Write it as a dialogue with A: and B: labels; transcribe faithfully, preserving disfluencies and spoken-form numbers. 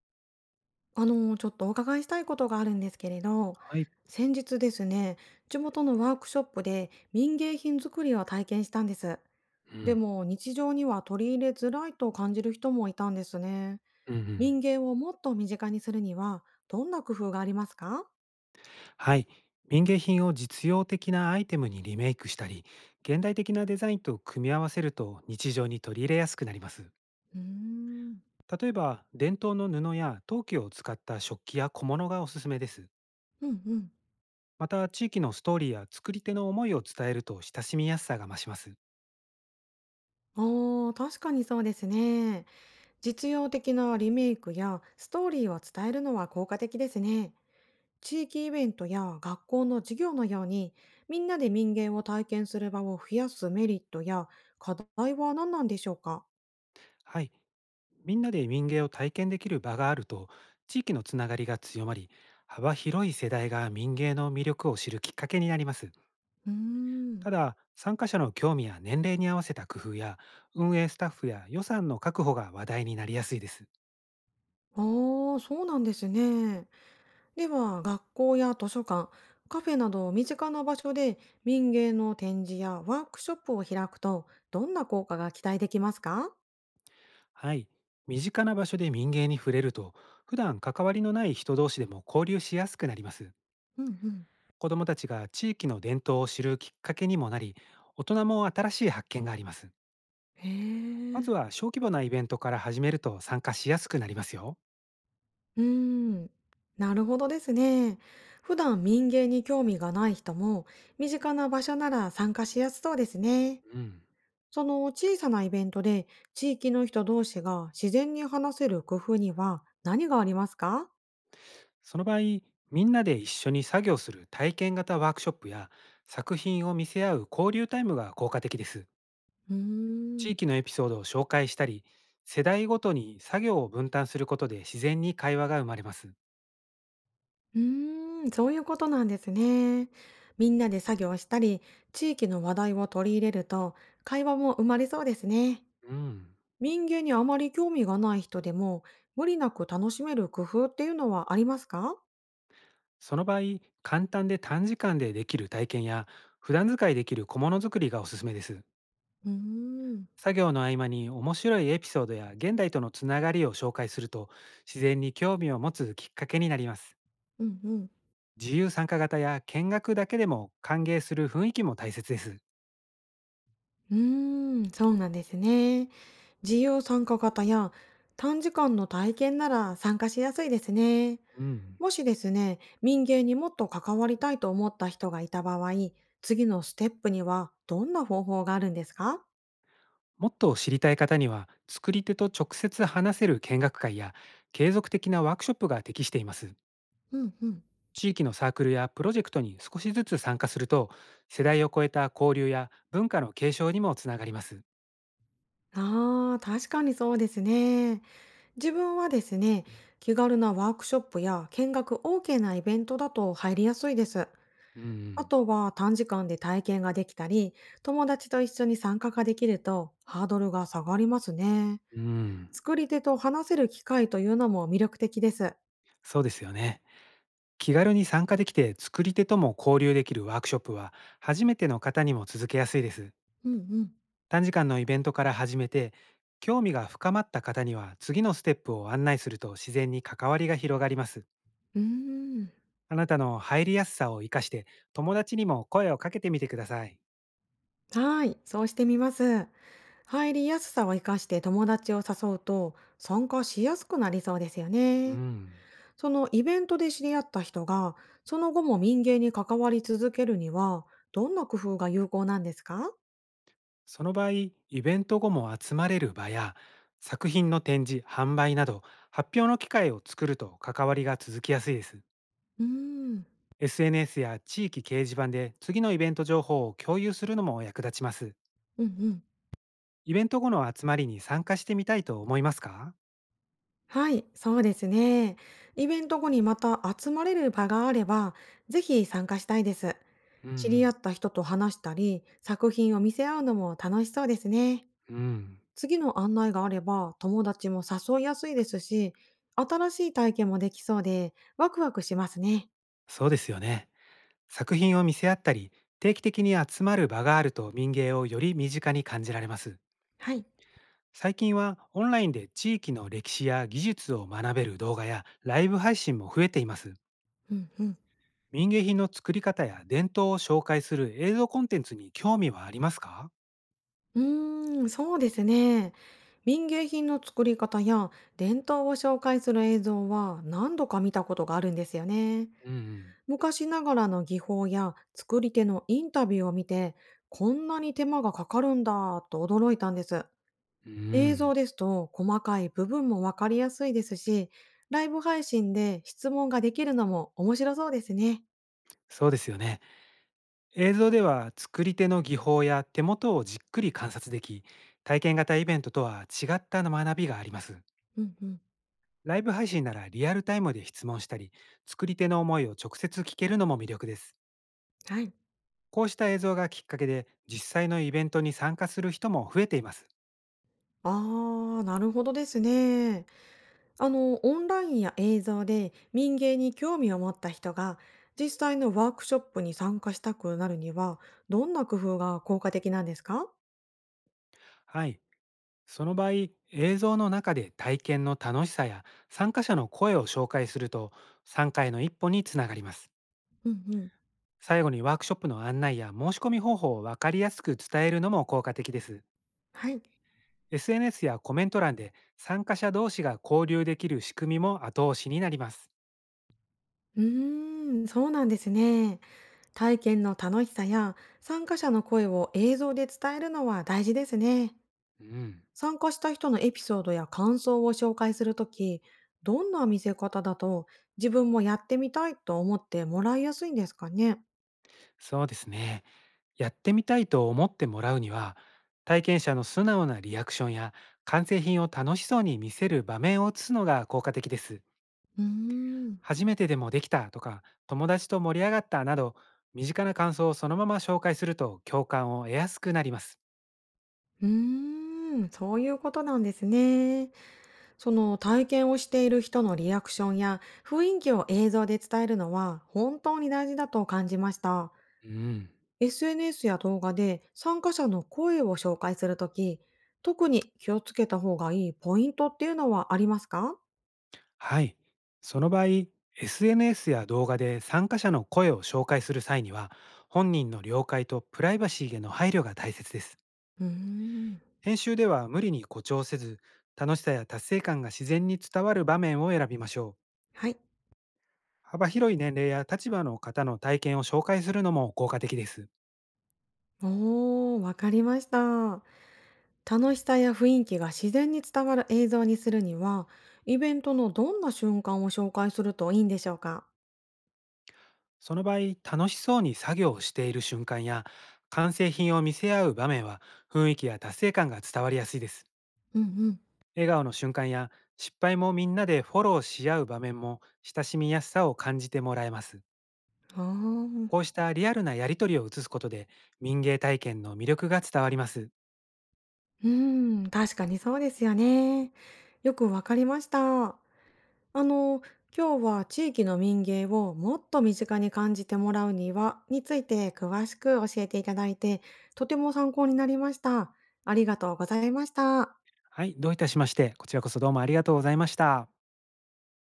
A: あの、ちょっとお伺いしたいことがあるんですけれど、
B: はい。
A: 先日ですね、地元のワークショップで民芸品作りを体験したんです。
B: う
A: で
B: ん。
A: も日常には取り入れづらいと感じる人もいたんですね。
B: うんう
A: 民
B: ん。
A: 芸をもっと身近にするには、どんな工夫がありますか？
B: はい。民芸品を実用的なアイテムにリメイクしたり、現代的なデザインと組み合わせると日常に取り入れやすくなります。
A: うーん
B: 例えば、伝統の布や陶器を使った食器や小物がおすすめです。
A: うんうん。
B: また、地域のストーリーや作り手の思いを伝えると親しみやすさが増します。
A: ああ、確かにそうですね。実用的なリメイクやストーリーを伝えるのは効果的ですね。地域イベントや学校の授業のようにみんなで民芸を体験する場を増やすメリットや課題は何なんでしょうか？
B: はい。みんなで民芸を体験できる場があると、地域のつながりが強まり、幅広い世代が民芸の魅力を知るきっかけになります。
A: うーん
B: ただ、参加者の興味や年齢に合わせた工夫や、運営スタッフや予算の確保が話題になりやすいです。
A: ああー、そうなんですね。では学校や図書館、カフェなど身近な場所で民芸の展示やワークショップを開くとどんな効果が期待できますか？
B: はい。身近な場所で民芸に触れると、普段関わりのない人同士でも交流しやすくなります。
A: うんうん
B: 子どもたちが地域の伝統を知るきっかけにもなり、大人も新しい発見があります。
A: へ
B: ま
A: え。
B: ずは小規模なイベントから始めると参加しやすくなりますよ。
A: うーん、なるほどですね。普段民芸に興味がない人も、身近な場所なら参加しやすそうですね。
B: うん。
A: その小さなイベントで地域の人同士が自然に話せる工夫には何がありますか？
B: その場合、みんなで一緒に作業する体験型ワークショップや作品を見せ合う交流タイムが効果的です。
A: うー
B: 地
A: ん、
B: 域のエピソードを紹介したり、世代ごとに作業を分担することで自然に会話が生まれます。
A: うーん、そういうことなんですね。みんなで作業したり、地域の話題を取り入れると会話も生まれそうですね。
B: うん。
A: 民芸にあまり興味がない人でも、無理なく楽しめる工夫っていうのはありますか？
B: その場合、簡単で短時間でできる体験や、普段使いできる小物作りがおすすめです。
A: うーん、
B: 作業の合間に面白いエピソードや現代とのつながりを紹介すると、自然に興味を持つきっかけになります。
A: うんうん。
B: 自由参加型や見学だけでも歓迎する雰囲気も大切です。
A: うーん、そうなんですね。自由参加型や短時間の体験なら参加しやすいですね。
B: うん。
A: もしですね、民芸にもっと関わりたいと思った人がいた場合、次のステップにはどんな方法があるんですか？
B: もっと知りたい方には、作り手と直接話せる見学会や、継続的なワークショップが適しています。
A: うんうん。
B: 地域のサークルやプロジェクトに少しずつ参加すると、世代を超えた交流や文化の継承にもつながります。
A: ああ、確かにそうですね。自分はですね、気軽なワークショップや見学 OK なイベントだと入りやすいです。
B: うんう
A: あ
B: ん。
A: とは短時間で体験ができたり、友達と一緒に参加ができるとハードルが下がりますね。
B: ん、
A: 作り手と話せる機会というのも魅力的です。
B: そうですよね。気軽に参加できて作り手とも交流できるワークショップは初めての方にも続けやすいです。
A: うんうん。
B: 短時間のイベントから始めて興味が深まった方には次のステップを案内すると自然に関わりが広がります。
A: うーん。
B: あなたの入りやすさを生かして、友達にも声をかけてみてください。
A: はい、そうしてみます。入りやすさを活かして友達を誘うと参加しやすくなりそうですよ
B: う
A: ね。
B: ん。
A: そのイベントで知り合った人が、その後も民芸に関わり続けるには、どんな工夫が有効なんですか？
B: その場合、イベント後も集まれる場や、作品の展示、販売など、発表の機会を作ると関わりが続きやすいです。
A: うーん、
B: エスエヌエス や地域掲示板で次のイベント情報を共有するのも役立ちます。
A: うんうん。
B: イベント後の集まりに参加してみたいと思いますか？
A: はい、そうですね。イベント後にまた集まれる場があれば、ぜひ参加したいです。
B: うんう
A: 知り合
B: ん。
A: った人と話したり、作品を見せ合うのも楽しそうですね。
B: うん。
A: 次の案内があれば、友達も誘いやすいですし、新しい体験もできそうで、ワクワクしますね。
B: そうですよね。作品を見せ合ったり、定期的に集まる場があると民芸をより身近に感じられます。
A: はい。
B: 最近はオンラインで地域の歴史や技術を学べる動画やライブ配信も増えています。
A: うんうん
B: 民芸品の作り方や伝統を紹介する映像コンテンツに興味はありますか？
A: うーん、そうですね。民芸品の作り方や伝統を紹介する映像は何度か見たことがあるんですよね。
B: うんうん。
A: 昔ながらの技法や作り手のインタビューを見て、こんなに手間がかかるんだと驚いたんです。
B: う
A: 映
B: ん、
A: 像ですと細かい部分もわかりやすいですし、ライブ配信で質問ができるのも面白そうですね。
B: そうですよね。映像では作り手の技法や手元をじっくり観察でき、体験型イベントとは違った学びがあります。
A: うんうん。
B: ライブ配信ならリアルタイムで質問したり、作り手の思いを直接聞けるのも魅力です。
A: はい。
B: こうした映像がきっかけで、実際のイベントに参加する人も増えています。
A: あー、なるほどですね。あの、オンラインや映像で民芸に興味を持った人が実際のワークショップに参加したくなるにはどんな工夫が効果的なんですか？
B: はい。その場合、映像の中で体験の楽しさや参加者の声を紹介すると、参加への一歩につながります。
A: うんうん。
B: 最後にワークショップの案内や申し込み方法を分かりやすく伝えるのも効果的です。
A: はい。
B: エスエヌエス やコメント欄で参加者同士が交流できる仕組みも後押しになります。
A: うーん、そうなんですね。体験の楽しさや参加者の声を映像で伝えるのは大事ですね。
B: うん、
A: 参加した人のエピソードや感想を紹介するとき、どんな見せ方だと自分もやってみたいと思ってもらいやすいんですかね？
B: そうですね。やってみたいと思ってもらうには、体験者の素直なリアクションや完成品を楽しそうに見せる場面を映すのが効果的です。
A: うーん。
B: 初めてでもできたとか、友達と盛り上がったなど、身近な感想をそのまま紹介すると共感を得やすくなります。
A: うーん、そういうことなんですね。その体験をしている人のリアクションや雰囲気を映像で伝えるのは本当に大事だと感じました。
B: うん。
A: エスエヌエス や動画で参加者の声を紹介するとき、特に気をつけた方がいいポイントっていうのはありますか？
B: はい。その場合、エスエヌエス や動画で参加者の声を紹介する際には、本人の了解とプライバシーへの配慮が大切です。
A: うーん。
B: 編集では無理に誇張せず、楽しさや達成感が自然に伝わる場面を選びましょう。
A: はい。
B: 幅広い年齢や立場の方の体験を紹介するのも効果的です。
A: おー、わかりました。楽しさや雰囲気が自然に伝わる映像にするには、イベントのどんな瞬間を紹介するといいんでしょうか？
B: その場合、楽しそうに作業をしている瞬間や、完成品を見せ合う場面は、雰囲気や達成感が伝わりやすいです。
A: うんうん。
B: 笑顔の瞬間や、失敗もみんなでフォローし合う場面も、親しみやすさを感じてもらえます。
A: ああ。
B: こうしたリアルなやりとりを映すことで、民芸体験の魅力が伝わります。
A: うん、確かにそうですよね。よくわかりました。あの、今日は地域の民芸をもっと身近に感じてもらうにはについて詳しく教えていただいて、とても参考になりました。ありがとうございました。
B: はい、どういたしまして、こちらこそどうもありがとうございました。